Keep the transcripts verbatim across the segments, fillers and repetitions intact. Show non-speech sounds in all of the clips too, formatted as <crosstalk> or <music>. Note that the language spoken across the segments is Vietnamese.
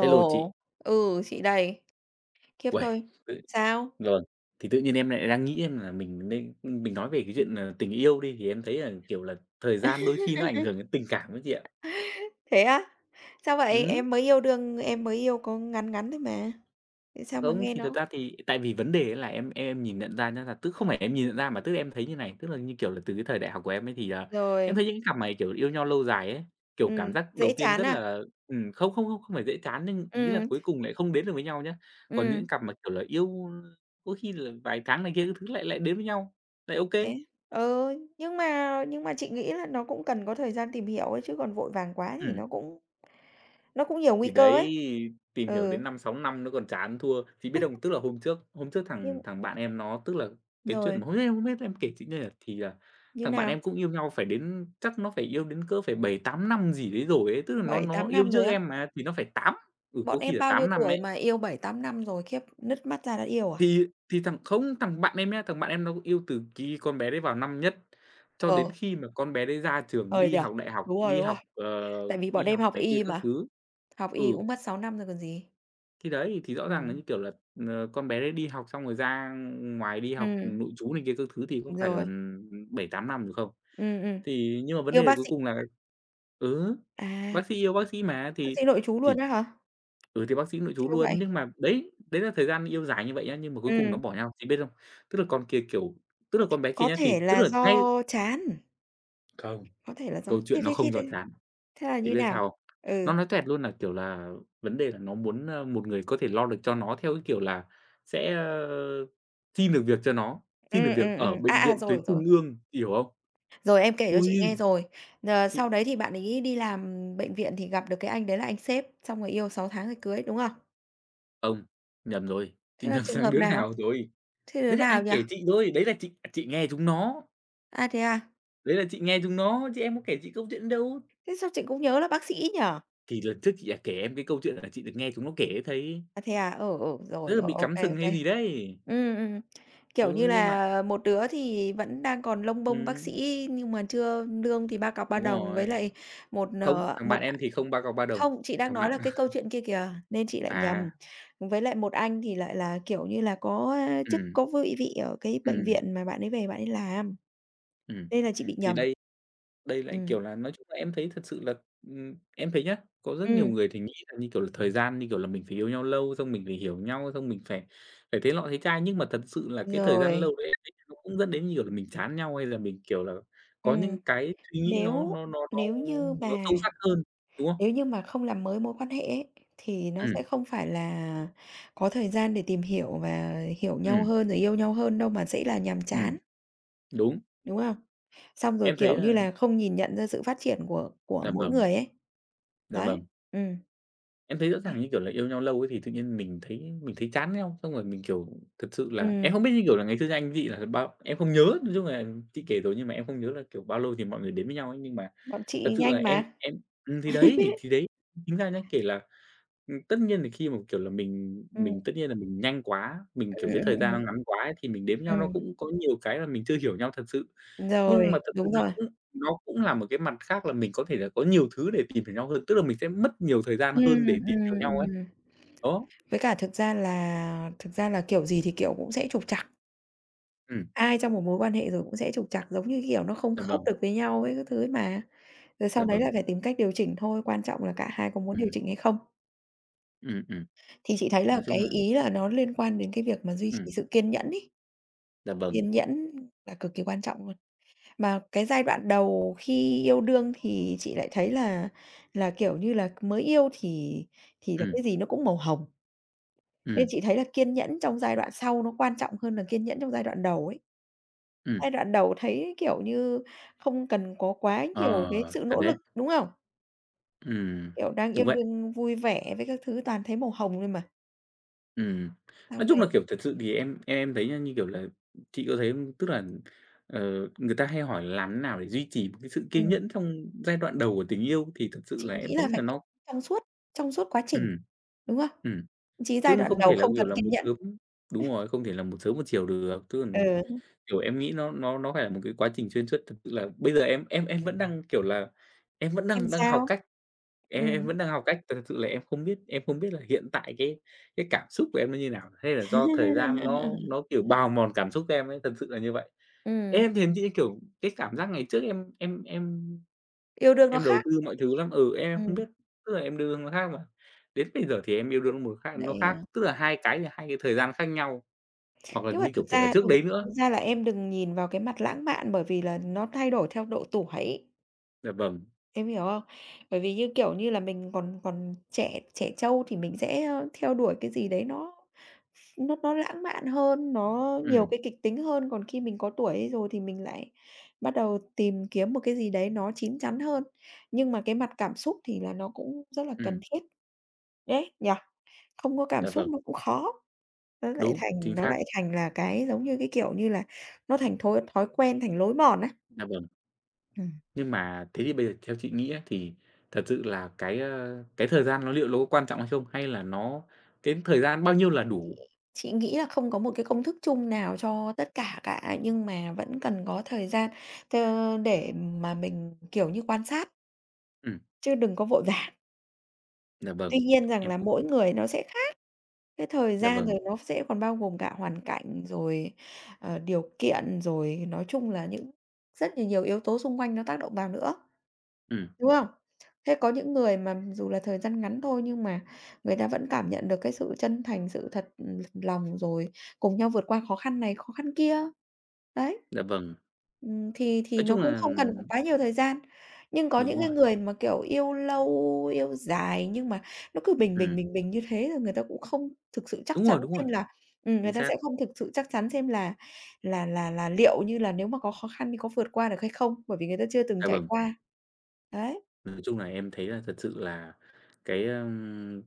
Hello chị. Ừ, chị đây. Khiếp Uầy, thôi. tự Sao? rồi, thì tự nhiên em lại đang nghĩ em là mình nên mình nói về cái Ừm. chuyện, ờ, tình yêu đi, thì em thấy là, kiểu là, thời gian đôi khi nó ảnh <laughs> hưởng đến tình cảm ấy chị ạ. Thế á? Sao vậy? Ừm. Em mới yêu đương em mới yêu có ngắn ngắn thôi mà. Thế sao mà Không, nghe thì thật nó ra thì tại vì vấn đề ấy là em em nhìn nhận ra nhá, là tức không phải em nhìn nhận ra mà tức em thấy như này, tức là, như kiểu là, từ cái thời đại học của em ấy thì là em rồi, thấy những cái cặp mà, kiểu, yêu nhau lâu dài ấy, kiểu, cảm ừm, giác đầu dễ tiên chán rất à? là ừm, không không không không phải dễ chán nhưng ý là Ừm, cuối cùng lại không đến được với nhau nhá. Còn những ừm, cặp mà, kiểu là, yêu có khi là vài tháng này kia các thứ lại lại đến với nhau, lại ok kê. thế ừ, nhưng mà nhưng mà chị nghĩ là nó cũng cần có thời gian tìm hiểu ấy, chứ còn vội vàng quá thì nó cũng nó cũng nhiều nguy Thì cơ đấy, ấy. tìm hiểu Ừ, đến năm sáu năm nó còn chán thua. Chị biết không? Tức là hôm trước hôm trước thằng nhưng thằng bạn em nó tức là cái chuyện rồi, mà hôm nay em không biết em kể chị nghe à, thì là như thằng bạn nào? em cũng yêu nhau phải đến chắc nó phải yêu đến cỡ phải bảy tám năm gì đấy rồi ấy, tức là nó Bảy nó tám yêu năm rồi trước á? em mà, thì nó phải tám. Ừ, có Bọn khi em là bao nhiêu tám năm tuổi ấy. mà yêu bảy tám năm rồi, khiếp, nứt mắt ra đã yêu à? Thì thì thằng không, thằng bạn em nhá, thằng bạn em nó yêu từ khi con bé đấy vào năm nhất cho đến Ờ, khi mà con bé đấy ra trường hơi đi nhỉ? học đại học, Đúng rồi, đi đúng rồi. học, ờ, Tại vì bọn đi em học học này kia y các mà, thứ. học Ừ. y cũng mất sáu năm rồi còn gì. Thì đấy, thì rõ ràng là, như Ừm, kiểu là, ờ, con bé đấy đi học xong rồi ra ngoài đi học ừm, nội trú này kia các thứ thì có đúng phải là rồi. bảy tám năm rồi không? Ừm, ừm, Thì nhưng mà vấn yêu đề là bác cuối sĩ cùng là. Ừ, à, bác sĩ yêu bác sĩ mà, bác thì sĩ nội trú luôn thì á hả? ừ, thì bác sĩ nội trú Siêu vậy. luôn. Nhưng mà đấy, đấy là thời gian yêu dài như vậy nhá, nhưng mà cuối cùng nó Ừm, bỏ nhau, thì biết không? Tức là con kia, kiểu tức là con bé kia có nhá, thì thể tức là là do ngay. chán, Không. có thể là do Câu thế chuyện nó thế thế không rào thế chắn. Thế là Thì như biết nào? sao không? Ừ, Nó nói toẹt luôn là, kiểu là, vấn đề là nó muốn, ơ, một người có thể lo được cho nó theo cái kiểu là sẽ, ơ, xin được việc cho nó, xin được ừm, việc ừm, ừm. ở À, bệnh à, viện rồi, tuyến rồi, trung ương, chị hiểu không? rồi em kể cho chị nghe Ôi! rồi. Ờ, Chị sau đấy thì bạn ấy đi làm bệnh viện thì gặp được cái anh đấy là anh sếp, xong rồi yêu sáu tháng rồi cưới, đúng không? không, nhầm rồi, chị Thế là nhầm <laughs> trường sang hợp đứa nào? nào rồi. Thế đứa Đấy là ai nào nhỉ? kể chị thôi, đấy là chị à, chị nghe chúng nó, À, thế à? đấy là chị nghe chúng nó, chứ em có kể chị câu chuyện đâu. Thế sao chị cũng nhớ là bác sĩ nhỉ? Thì lần trước chị đã kể em cái câu chuyện là chị được nghe chúng nó kể ấy thấy, À, thế à? Ừ, ừ, rất rồi, là rồi, bị ok cắm ok, sừng ô hay kê. gì đấy. Kiểu Ừ, như nhưng mà. là, một đứa thì vẫn đang còn lông bông bác Ừm. sĩ nhưng mà chưa lương thì ba cọc ba Đúng đồng với rồi. lại một, Không, ờ, thằng một bạn em thì không ba cọc ba đồng, Không, chị đang thằng nói bạn là cái câu <laughs> chuyện kia kìa, nên chị lại nhầm. à. Với lại một anh thì lại là, kiểu như là, có, a, chức Ừm. có vị vị ở cái bệnh Ừm. viện mà bạn ấy về bạn ấy làm, Ừm. nên là chị bị Thì nhầm. đây đây Ừ. lại, kiểu là, nói chung là em thấy thật sự là, ừm, em thấy nhá, có rất nhiều Ừm, người thì nghĩ là, như kiểu là, thời gian, như kiểu là, mình phải yêu nhau lâu, xong mình phải hiểu nhau, xong mình phải phải thế nọ thế kia. Nhưng mà thật sự là cái thời gian rồi. lâu đấy em thấy nó cũng dẫn đến, như kiểu là, mình chán nhau, hay là mình, kiểu là, có Ừm, những cái suy nghĩ nó nếu nó nó nó nếu như nó sâu mà sắc hơn, đúng không? Nếu như mà không làm mới mối quan hệ ấy, thì nó sẽ Ừm, không phải là có thời gian để tìm hiểu và hiểu nhau ừm, hơn, rồi yêu nhau hơn đâu mà sẽ là nhàm ừm, chán, đúng. đúng không? Xong rồi, Em thấy kiểu là như là, không nhìn nhận ra sự phát triển của của dạ mỗi vâng, người ấy. dạ Đấy. vâng. Ừ. Em thấy rõ ràng, Đấy. như kiểu là, yêu nhau lâu ấy thì tự nhiên mình thấy mình thấy chán nhau, xong rồi mình, kiểu, thật sự là em ừm, không biết, như kiểu là, ngày xưa anh chị là bao em không nhớ, nói chung là chị kể rồi nhưng mà em không nhớ là, kiểu, bao lâu thì mọi người đến với nhau ấy. Nhưng mà Bọn thật chị sự là nhanh em mà. em Ừm, thì đấy, thì đấy, chính ra nhá, kể là, ừm, tất nhiên là khi mà, kiểu là, mình Ừ, mình tất nhiên là mình nhanh quá, mình, ừ, kiểu, cái thời ừ, gian nó ngắn quá ấy, thì mình đến với nhau nó ừm, cũng có nhiều cái là mình chưa hiểu nhau thật sự. ừm, rồi, Nhưng mà thật sự đúng nó rồi. cũng nó cũng là một cái mặt khác là mình có thể là có nhiều thứ để tìm hiểu nhau hơn, tức là mình sẽ mất nhiều thời gian Ừ, hơn để tìm ừ, hiểu nhau ấy. ừ, Đó, với cả thực ra là thực ra là kiểu gì thì kiểu cũng sẽ trục trặc. ừm, Ai trong một mối quan hệ rồi cũng sẽ trục trặc, giống như, kiểu, nó không dạ khớp vâng, được với nhau ấy các thứ ấy mà. Rồi sau dạ đấy lại vâng, phải tìm cách điều chỉnh thôi, quan trọng là cả hai có muốn điều ừm, chỉnh hay không. ừm, ừm, Thì chị thấy là nói cái chung là. ý là nó liên quan đến cái việc mà duy Ừm, trì sự kiên nhẫn ấy, dạ vâng, kiên nhẫn là cực kỳ quan trọng luôn. Mà cái giai đoạn đầu khi yêu đương thì chị lại thấy là là, kiểu như là, mới yêu thì thì là ừm, cái gì nó cũng màu hồng, ừm, nên chị thấy là kiên nhẫn trong giai đoạn sau nó quan trọng hơn là kiên nhẫn trong giai đoạn đầu ấy. ừm, Giai đoạn đầu thấy, kiểu như, không cần có quá ờ, nhiều cái sự thật nỗ đấy, lực, đúng không? ừm, Kiểu, đang yêu đúng vậy, đương vui vẻ với các thứ toàn thấy màu hồng thôi mà. ừm. Sau Nói chung là, này, kiểu, thật sự thì em em thấy nha, như kiểu là, chị có thấy không? Tức là, ờ, người ta hay hỏi là làm thế nào để duy trì một cái sự kiên ừm, nhẫn trong giai đoạn đầu của tình yêu thì thật sự chị là em nghĩ thấy là là phải kiên nó. trong suốt trong suốt quá trình, Ừm, đúng không? ừm, Chí chứ giai nó đoạn không đầu thể là, không kiểu cần là, kiên một nhẫn. sớm. Đúng rồi, không thể là một sớm một chiều được, tức là Ừ, kiểu, em nghĩ nó nó nó phải là một cái quá trình xuyên suốt, thực sự là bây giờ em em em vẫn đang, kiểu là, em vẫn em đang đang học sao? cách, em em Ừm. vẫn đang học cách, thật sự là em không biết em không biết là hiện tại cái cái cảm xúc của em nó như nào, hay là do thời gian nó <laughs> nó, kiểu, bào mòn cảm xúc em ấy, thật sự là như vậy. Em Ừm, thì em nghĩ, kiểu, cái cảm giác ngày trước em em em yêu đương nó em đầu khác. tư mọi thứ lắm, ừ, em không Ừm, biết, tức là em đưa hướng nó khác mà. Đến bây giờ thì em yêu đương một khác nó lại, khác, à tức là hai cái là hai cái thời gian khác nhau, hoặc là Nhưng mà như, thực kiểu, kể cả ra trước thực đấy nữa. thực ra là em đừng nhìn vào cái mặt lãng mạn bởi vì là nó thay đổi theo độ tuổi. Dạ vâng, Em hiểu không? Bởi vì, như kiểu như là, mình còn còn trẻ trẻ trâu thì mình sẽ, ơ, theo đuổi cái gì đấy nó nó nó lãng mạn hơn, nó nhiều ừm, cái kịch tính hơn, còn khi mình có tuổi ấy rồi thì mình lại bắt đầu tìm kiếm một cái gì đấy nó chín chắn hơn. Nhưng mà cái mặt cảm xúc thì là nó cũng rất là cần ừm, thiết đấy, nhỉ? Không có cảm dạ xúc vâng. nó cũng khó, nó lại Đúng, chính thành nó xác, lại thành là cái giống như cái, kiểu như là, nó thành thói thói quen, thành lối mòn á. dạ vâng. Ừm. Nhưng mà thế thì bây giờ theo chị nghĩ á, thì thật sự là cái, ơ, cái thời gian nó liệu nó có quan trọng hay không? Hay là nó cái thời gian bao nhiêu là đủ? Chị nghĩ là không có một cái công thức chung nào cho tất cả cả, nhưng mà vẫn cần có thời gian t để mà mình, kiểu như, quan sát, Ừm, chứ đừng có vội vàng. dạ <laughs> Tuy vâng, nhiên rằng em là cũng mỗi người nó sẽ khác cái thời dạ gian, vâng, rồi nó sẽ còn bao gồm cả hoàn cảnh, rồi, ờ, điều kiện, rồi nói chung là những rất là nhiều yếu tố xung quanh nó tác động vào nữa. ừm, Đúng không? Thế có những người mà dù là thời gian ngắn thôi nhưng mà người ta vẫn cảm nhận được cái sự chân thành, sự thật, ừ, lòng, rồi cùng nhau vượt qua khó khăn này, khó khăn kia. Đấy. dạ vâng. Ừm, thì thì Nói nó chung cũng là không cần quá nhiều thời gian. Nhưng có đúng những cái rồi, người mà, kiểu, yêu lâu, yêu dài nhưng mà nó cứ bình bình, ừm, bình bình như thế rồi người ta cũng không thực sự chắc đúng rồi, chắn đúng rồi, xem là, ừm, chính người ta sẽ xác, không thực sự chắc chắn xem là là là là liệu như là nếu mà có khó khăn thì có vượt qua được hay không, bởi vì người ta chưa từng dạ trải vâng. qua. Đấy. Nói chung là em thấy là thật sự là cái, ờm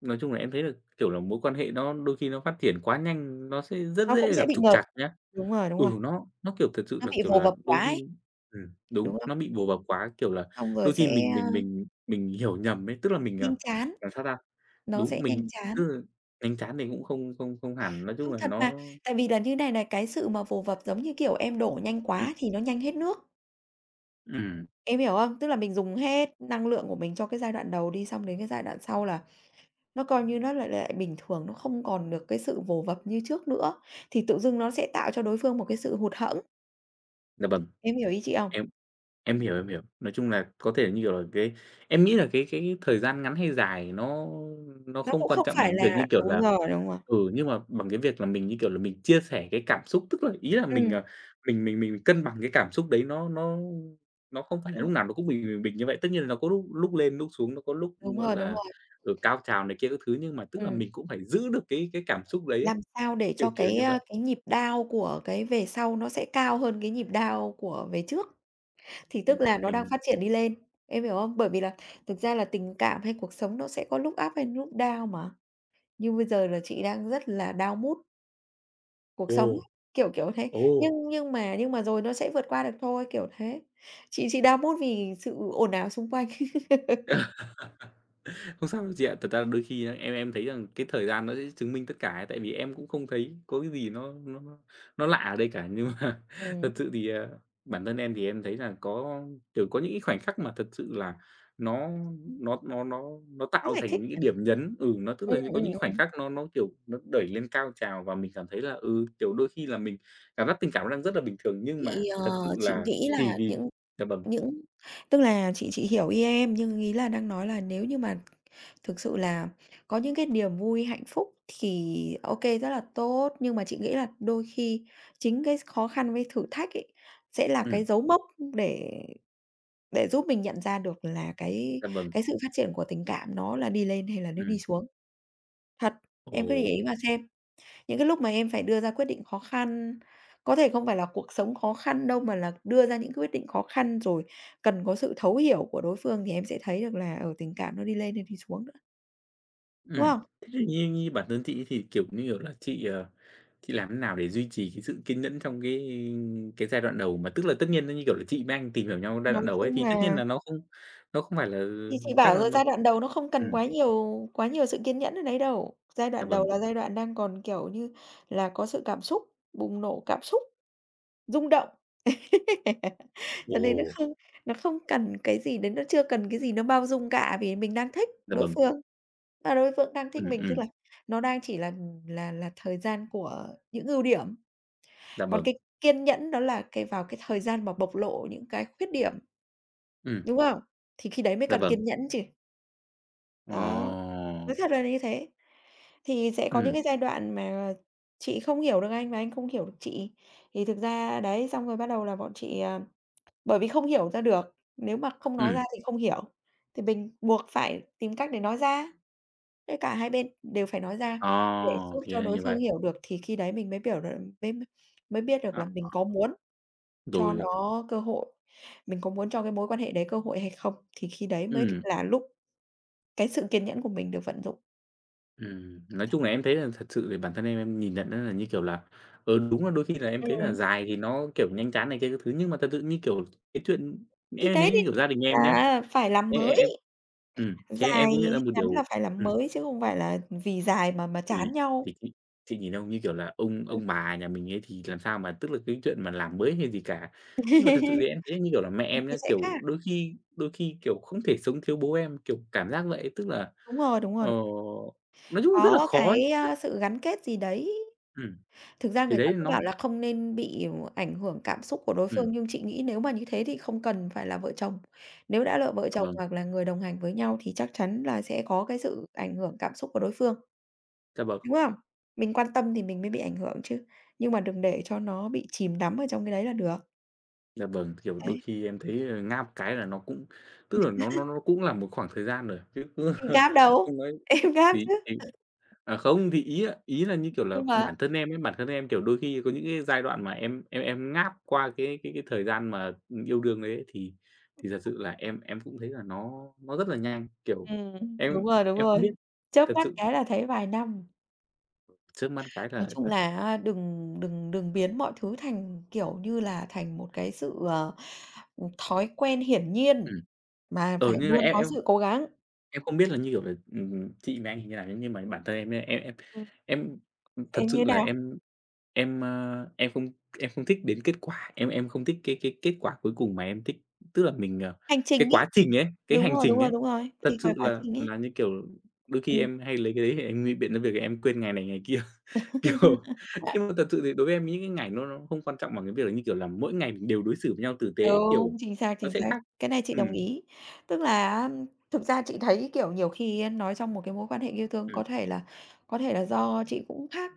nói chung là em thấy là, kiểu là, mối quan hệ nó đôi khi nó phát triển quá nhanh, nó sẽ rất Nó cũng dễ sẽ gặp bị trục ngợp. trặc nhá. Đúng rồi, đúng Ừ, rồi. nó nó, kiểu, thật sự Nó là, bị kiểu vồ là, vập quá đôi ấy, khi ừm, đúng, đúng không? nó bị bồ bập quá, kiểu là, Xong rồi đôi sẽ, khi mình a, mình mình mình hiểu nhầm ấy, tức là mình, à, nhanh chán, làm sao ta? nó Đúng, sẽ mình nhanh chán. cứ đánh chán thì cũng không không không hẳn, nói chung Không, là thật nó mà, tại vì là như này này, cái sự mà vồ vập giống như, kiểu, em đổ nhanh ừm, quá thì nó nhanh hết nước, ừm, em hiểu không? Tức là mình dùng hết năng lượng của mình cho cái giai đoạn đầu đi, xong đến cái giai đoạn sau là nó coi như nó lại lại bình thường, nó không còn được cái sự vồ vập như trước nữa, thì tự dưng nó sẽ tạo cho đối phương một cái sự hụt hẫng, dạ vâng, em hiểu ý chị không? em. Em hiểu, em hiểu. Nói chung là có thể như kiểu là cái em nghĩ là cái cái thời gian ngắn hay dài nó nó Nó không cũng quan không trọng phải bằng việc, như là kiểu đúng là rồi, đúng rồi. ừ, nhưng mà bằng cái việc là mình, như kiểu là, mình chia sẻ cái cảm xúc, tức là ý là mình, Ừm, ờ, mình mình mình cân bằng cái cảm xúc đấy nó nó nó không phải là ừ, lúc nào nó cũng bình bình bình như vậy. Tất nhiên là nó có lúc lúc lên lúc xuống, nó có lúc, đúng gọi rồi, đúng là, rồi, ở cao trào này kia các thứ, nhưng mà tức là ừm. mình cũng phải giữ được cái cái cảm xúc đấy ấy, Làm sao để kiểu cho kiểu cái, như a, vậy. cái nhịp down của cái về sau nó sẽ cao hơn cái nhịp down của về trước, thì tức Mình là nó đang mình phát triển đi lên, em hiểu không? Bởi vì là thực ra là tình cảm hay cuộc sống nó sẽ có lúc up hay lúc down mà, như bây giờ là chị đang rất là down mood cuộc sống ấy, ồ, kiểu, kiểu thế. ồ. Nhưng nhưng mà nhưng mà rồi nó sẽ vượt qua được thôi, kiểu thế. Chị chị down mood vì sự ồn ào xung quanh. <laughs> Không sao đâu chị ạ. Thật ra đôi khi em em thấy rằng cái thời gian nó sẽ chứng minh tất cả ấy, tại vì em cũng không thấy có cái gì nó nó nó nó lạ ở đây cả. Nhưng mà <laughs> Ừm, thật sự thì, à, bản thân em thì em thấy là có, kiểu, có những cái khoảnh khắc mà thật sự là nó nó nó nó nó khó tạo giải thành thích những cái nhỉ? điểm nhấn. Ừ, nó tức Ừm, là như có những ừm, khoảnh ừm. khắc nó nó, kiểu, nó đẩy lên cao trào và mình cảm thấy là, ừ, kiểu, đôi khi là mình cảm giác tình cảm nó đang rất là bình thường, nhưng mà Chị, ờ, thật sự chị là nghĩ chỉ là vì những dạ vâng, Những tức là chị chị hiểu ý em, nhưng ý là đang nói là nếu như mà thực sự là có những cái niềm vui hạnh phúc thì ok rất là tốt, nhưng mà chị nghĩ là đôi khi chính cái khó khăn với thử thách ấy, sẽ là cái ừm, dấu mốc để để giúp mình nhận ra được là cái dạ vâng, cái sự phát triển của tình cảm nó là đi lên hay là nó ừm. đi xuống. Thật, em cứ để Ồ. ý mà xem. Những cái lúc mà em phải đưa ra quyết định khó khăn, có thể không phải là cuộc sống khó khăn đâu, mà là đưa ra những quyết định khó khăn rồi cần có sự thấu hiểu của đối phương thì em sẽ thấy được là, ở tình cảm nó đi lên hay đi xuống nữa, đúng Ừm. không? Thế thì như như bản thân chị ấy thì, kiểu như kiểu là, chị, ờ, chị làm thế nào để duy trì cái sự kiên nhẫn trong cái cái giai đoạn đầu? Mà tức là tất nhiên nó, như kiểu là, chị với anh tìm hiểu nhau giai Nói đoạn đầu ấy, chung thì tất nhiên là là nó không nó không phải là, thì chị chắc bảo là rồi nó, giai đoạn đầu nó không cần ừm, quá nhiều quá nhiều sự kiên nhẫn ở đấy đâu. Giai dạ đoạn vâng. đầu là giai đoạn đang còn, kiểu như là, có sự cảm xúc, bùng nổ cảm xúc, rung động. <laughs> Cho nên nó Ồ, không nó không cần cái gì đến nó chưa cần cái gì nó bao dung cả, vì mình đang thích dạ đối vâng. phương. Và đối phương đang thích Ừm, mình, tức ừm, là nó đang chỉ là là là thời gian của những ưu điểm, dạ còn vâng. cái kiên nhẫn đó là cái vào cái thời gian mà bộc lộ những cái khuyết điểm, Ừm, đúng không? Thì khi đấy mới dạ cần vâng. kiên nhẫn chứ. Ờ, Đó, nói thật là như thế. Thì sẽ có những ừm, cái giai đoạn mà chị không hiểu được anh và anh không hiểu được chị, thì thực ra đấy, xong rồi bắt đầu là bọn chị, à bởi vì không hiểu ra được, nếu mà không nói ra ừm. thì không hiểu, thì mình buộc phải tìm cách để nói ra. Thế cả hai bên đều phải nói ra Ờ, để giúp thì cho ra đối như phương vậy. hiểu được thì khi đấy mình mới biểu được mới mới biết được là À, mình có muốn cho rồi. nó cơ hội, mình có muốn cho cái mối quan hệ đấy cơ hội hay không, thì khi đấy mới Ừm. là lúc cái sự kiên nhẫn của mình được vận dụng. Ừm, nói chung là em thấy là thật sự về bản thân em em nhìn nhận nó là, như kiểu là, ờ, đúng là đôi khi là em thấy là Ừm, dài thì nó, kiểu, nhanh chán này kia các thứ, nhưng mà thật sự, như kiểu, cái chuyện thì em thấy, đấy như thì kiểu, gia đình em nhé, là phải làm em em em mới, ừm, thì dài em cũng nhận ra hay một ngắn điều, là phải làm ừm, mới chứ không phải là vì dài mà mà chán thì nhau. thì chị chị nhìn ông, như kiểu là, ông Ừm. ông bà nhà mình ấy thì làm sao mà tức là cái chuyện mà làm mới hay gì cả. Nhưng mà thật sự thì <laughs> em thấy, như kiểu là, mẹ Mình em thì nhá, sẽ kiểu, khác. đôi khi đôi khi, kiểu, không thể sống thiếu bố em, kiểu, cảm giác vậy. Tức là, Đúng rồi, đúng rồi. ờ, nói chung là rất là Có khó ấy. cái, a, sự gắn kết gì đấy. Ừm, Thực ra thì người ta đấy cứ nó. bảo là không nên bị ảnh hưởng cảm xúc của đối Ừm, phương, nhưng chị nghĩ nếu mà như thế thì không cần phải là vợ chồng. Nếu đã là vợ dạ chồng vâng, hoặc là người đồng hành với nhau thì chắc chắn là sẽ có cái sự ảnh hưởng cảm xúc của đối phương, dạ vâng, đúng không? Mình quan tâm thì mình mới bị ảnh hưởng chứ, nhưng mà đừng để cho nó bị chìm đắm ở trong cái đấy là được. dạ vâng, kiểu, đôi Đấy, khi em thấy, ờ, ngáp cái là nó cũng tức là nó nó nó cũng là một khoảng thời gian rồi, chứ cứ em <laughs> gáp đâu, không nói <laughs> em gáp thì chứ, thì à, không, thì ý là ý là, như kiểu là, nhưng mà bản thân em ấy, bản thân em, kiểu, đôi khi có những cái giai đoạn mà em em em ngáp qua cái cái cái thời gian mà, ừm, yêu đương đấy ấy, thì thì thật sự là em em cũng thấy là nó nó rất là nhanh, kiểu, ừm, em đúng rồi, đúng em không biết rồi, chớp thật mắt sự, cái là thấy vài năm. trước mắt cái Nói là chung thật. là á, đừng đừng đừng biến mọi thứ thành, kiểu như là, thành một cái sự, ờ, ừ, thói quen hiển nhiên, ừm, mà phải ờ, nhưng mà luôn em có em sự cố gắng. Em không biết là, như kiểu là, ừm, chị với anh thì như nào nhá, nhưng mà bản thân em nhá, em em Ừm, em, thật em sự như là nào? em em, a, em không em không thích đến kết quả, em em không thích cái cái kết quả cuối cùng mà em thích tức là mình, ờ Hành trình cái ấy. quá trình ấy, cái Đúng hành rồi, đúng trình ấy, rồi, đúng rồi, thật thì cái sự quá là trình ấy. là, như kiểu, đôi khi Ừm. em hay lấy cái đấy để em ngụy biện cho việc em quên ngày này ngày kia, <laughs> kiểu, <laughs> nhưng mà thật sự thì đối với em những cái ngày nó nó không quan trọng bằng cái việc là, như kiểu là, mỗi ngày mình đều đối xử với nhau tử tế, kiểu, Đúng, chính xác, nó chính sẽ xác. khác. Cái này chị Ừ, đồng ý. Tức là á, thực ra chị thấy, kiểu, nhiều khi á, nói trong một cái mối quan hệ yêu thương ừ, có thể là có thể là do chị cũng khác,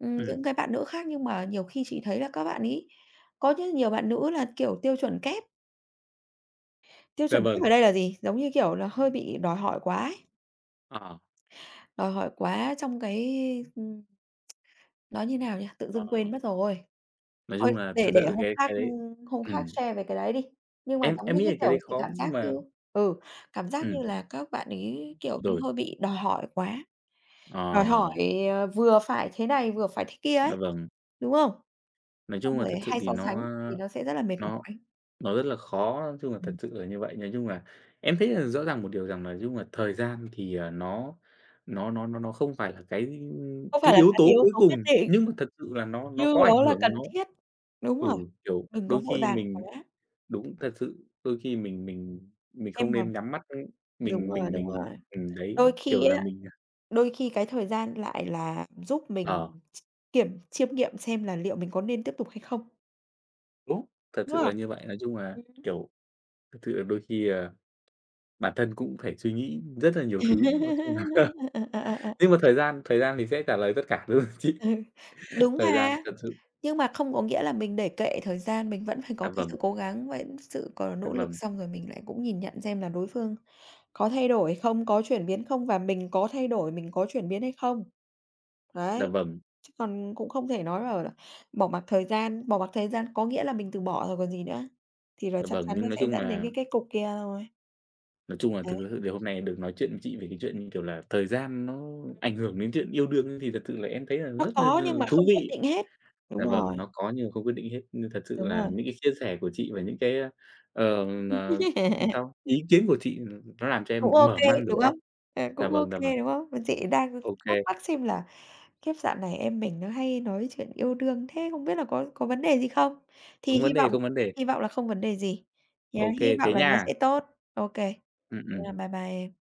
ừm, ừ, những cái bạn nữ khác, nhưng mà nhiều khi chị thấy là các bạn ấy có rất nhiều bạn nữ là, kiểu, tiêu chuẩn kép. Tiêu dạ chuẩn kép vâng, ở đây là gì? Giống như, kiểu là, hơi bị đòi hỏi quá ấy, ờ, đòi hỏi quá trong cái, ừm, nói như nào nhỉ? Tự ờ. dưng quên mất rồi. Nói Thôi, chung là thật để để sự hôm cái khác, cái đấy. ưm, hôm khác Ừm, share về cái đấy đi. Nhưng mà em giống em như nghĩ cái là cái đấy kiểu chị khó, cảm giác nhưng như mà ừ, cảm giác như ừm, là các bạn ấy, kiểu như, rồi, hơi bị đòi hỏi quá, đòi ờ, hỏi, ờ, vừa phải thế này, vừa phải thế kia ấy, dạ vâng. đúng không? Nói Xong chung là rồi thật sự hay thì so sánh nó thì nó sẽ rất là mệt nó mỏi. nó rất là khó, nói chung là thật Ừm, sự là như vậy. Nói chung là em thấy là rõ ràng một điều rằng là nói chung là thời gian thì, ờ, nó nó nó nó nó không phải là cái không cái phải là yếu cái tố yếu cuối tố cùng, quyết định, nhưng mà thật sự là nó nó nhưng có ảnh nó là cần hưởng, nó, thiết. Đúng rồi, ừ, kiểu, đừng có đôi vội khi vàng mình. quá, Đúng, thật sự đôi khi mình mình mình không em mà nên nhắm mắt, ưm, đúng mình rồi, mình đúng mình rồi. Ừm, đấy, Đôi khi kiểu là, ấy, mình, đôi khi cái thời gian lại là giúp ờ, mình ch kiểm chiêm nghiệm xem là liệu mình có nên tiếp tục hay không, đúng, thật đúng sự là không? như vậy. Nói chung là, kiểu, thật sự là đôi khi, ờ, bản thân cũng phải suy nghĩ rất là nhiều <laughs> Ừm. thứ, nói chung là <laughs> Ờ, ờ, ờ, ờ, nhưng mà thời gian thời gian thì sẽ trả lời tất cả luôn <laughs> chị. ừ, đúng Thời gian mà, thật sự. nhưng mà không có nghĩa là mình để kệ thời gian, mình vẫn phải Dạ có cái vâng, sự cố gắng, vẫn sự có dạ nỗ lực, vâng, xong rồi mình lại cũng nhìn nhận xem là đối phương có thay đổi không, có chuyển biến không và mình có thay đổi, mình có chuyển biến hay không. dạ Đấy. vâng, Chứ còn cũng không thể nói bảo là bỏ mặc thời gian, bỏ mặc thời gian có nghĩa là mình từ bỏ rồi còn gì nữa, thì rồi dạ chắc vâng. chắn nó Nhưng nói sẽ chung dẫn đến là cái kết cục kia thôi. nói chung là Đấy, thực sự thì hôm nay được nói chuyện với chị về cái chuyện, như kiểu là, thời gian nó ảnh hưởng đến chuyện yêu đương ấy, thì thật sự là em thấy là nó rất là d có nhưng mà thú không quyết vị. định hết. Đúng Dạ vâng, rồi, nó có nhưng mà không quyết định hết. Nhưng thật sự đúng là rồi. những cái chia sẻ của chị và những cái, ờ, ờ, thì <laughs> sao? Ý kiến của chị nó làm cho em Cũng ô mở kê, mang đúng đầu óc. không? Ờ, Dạ cũng ô vâng, dạ vâng. kê, đúng không? Mà chị đang Ô kê, thắc mắc xem là "Kiếp dạo này em mình nó hay nói chuyện yêu đương thế không biết là có có vấn đề gì không?" Thì không hy vấn đề, vọng, không vấn đề. hy vọng là không vấn đề gì, nhá, Ô hy kê, vọng thế là nha. nó sẽ tốt. Ô kê, Ừm, thế ừm. là bye bye em.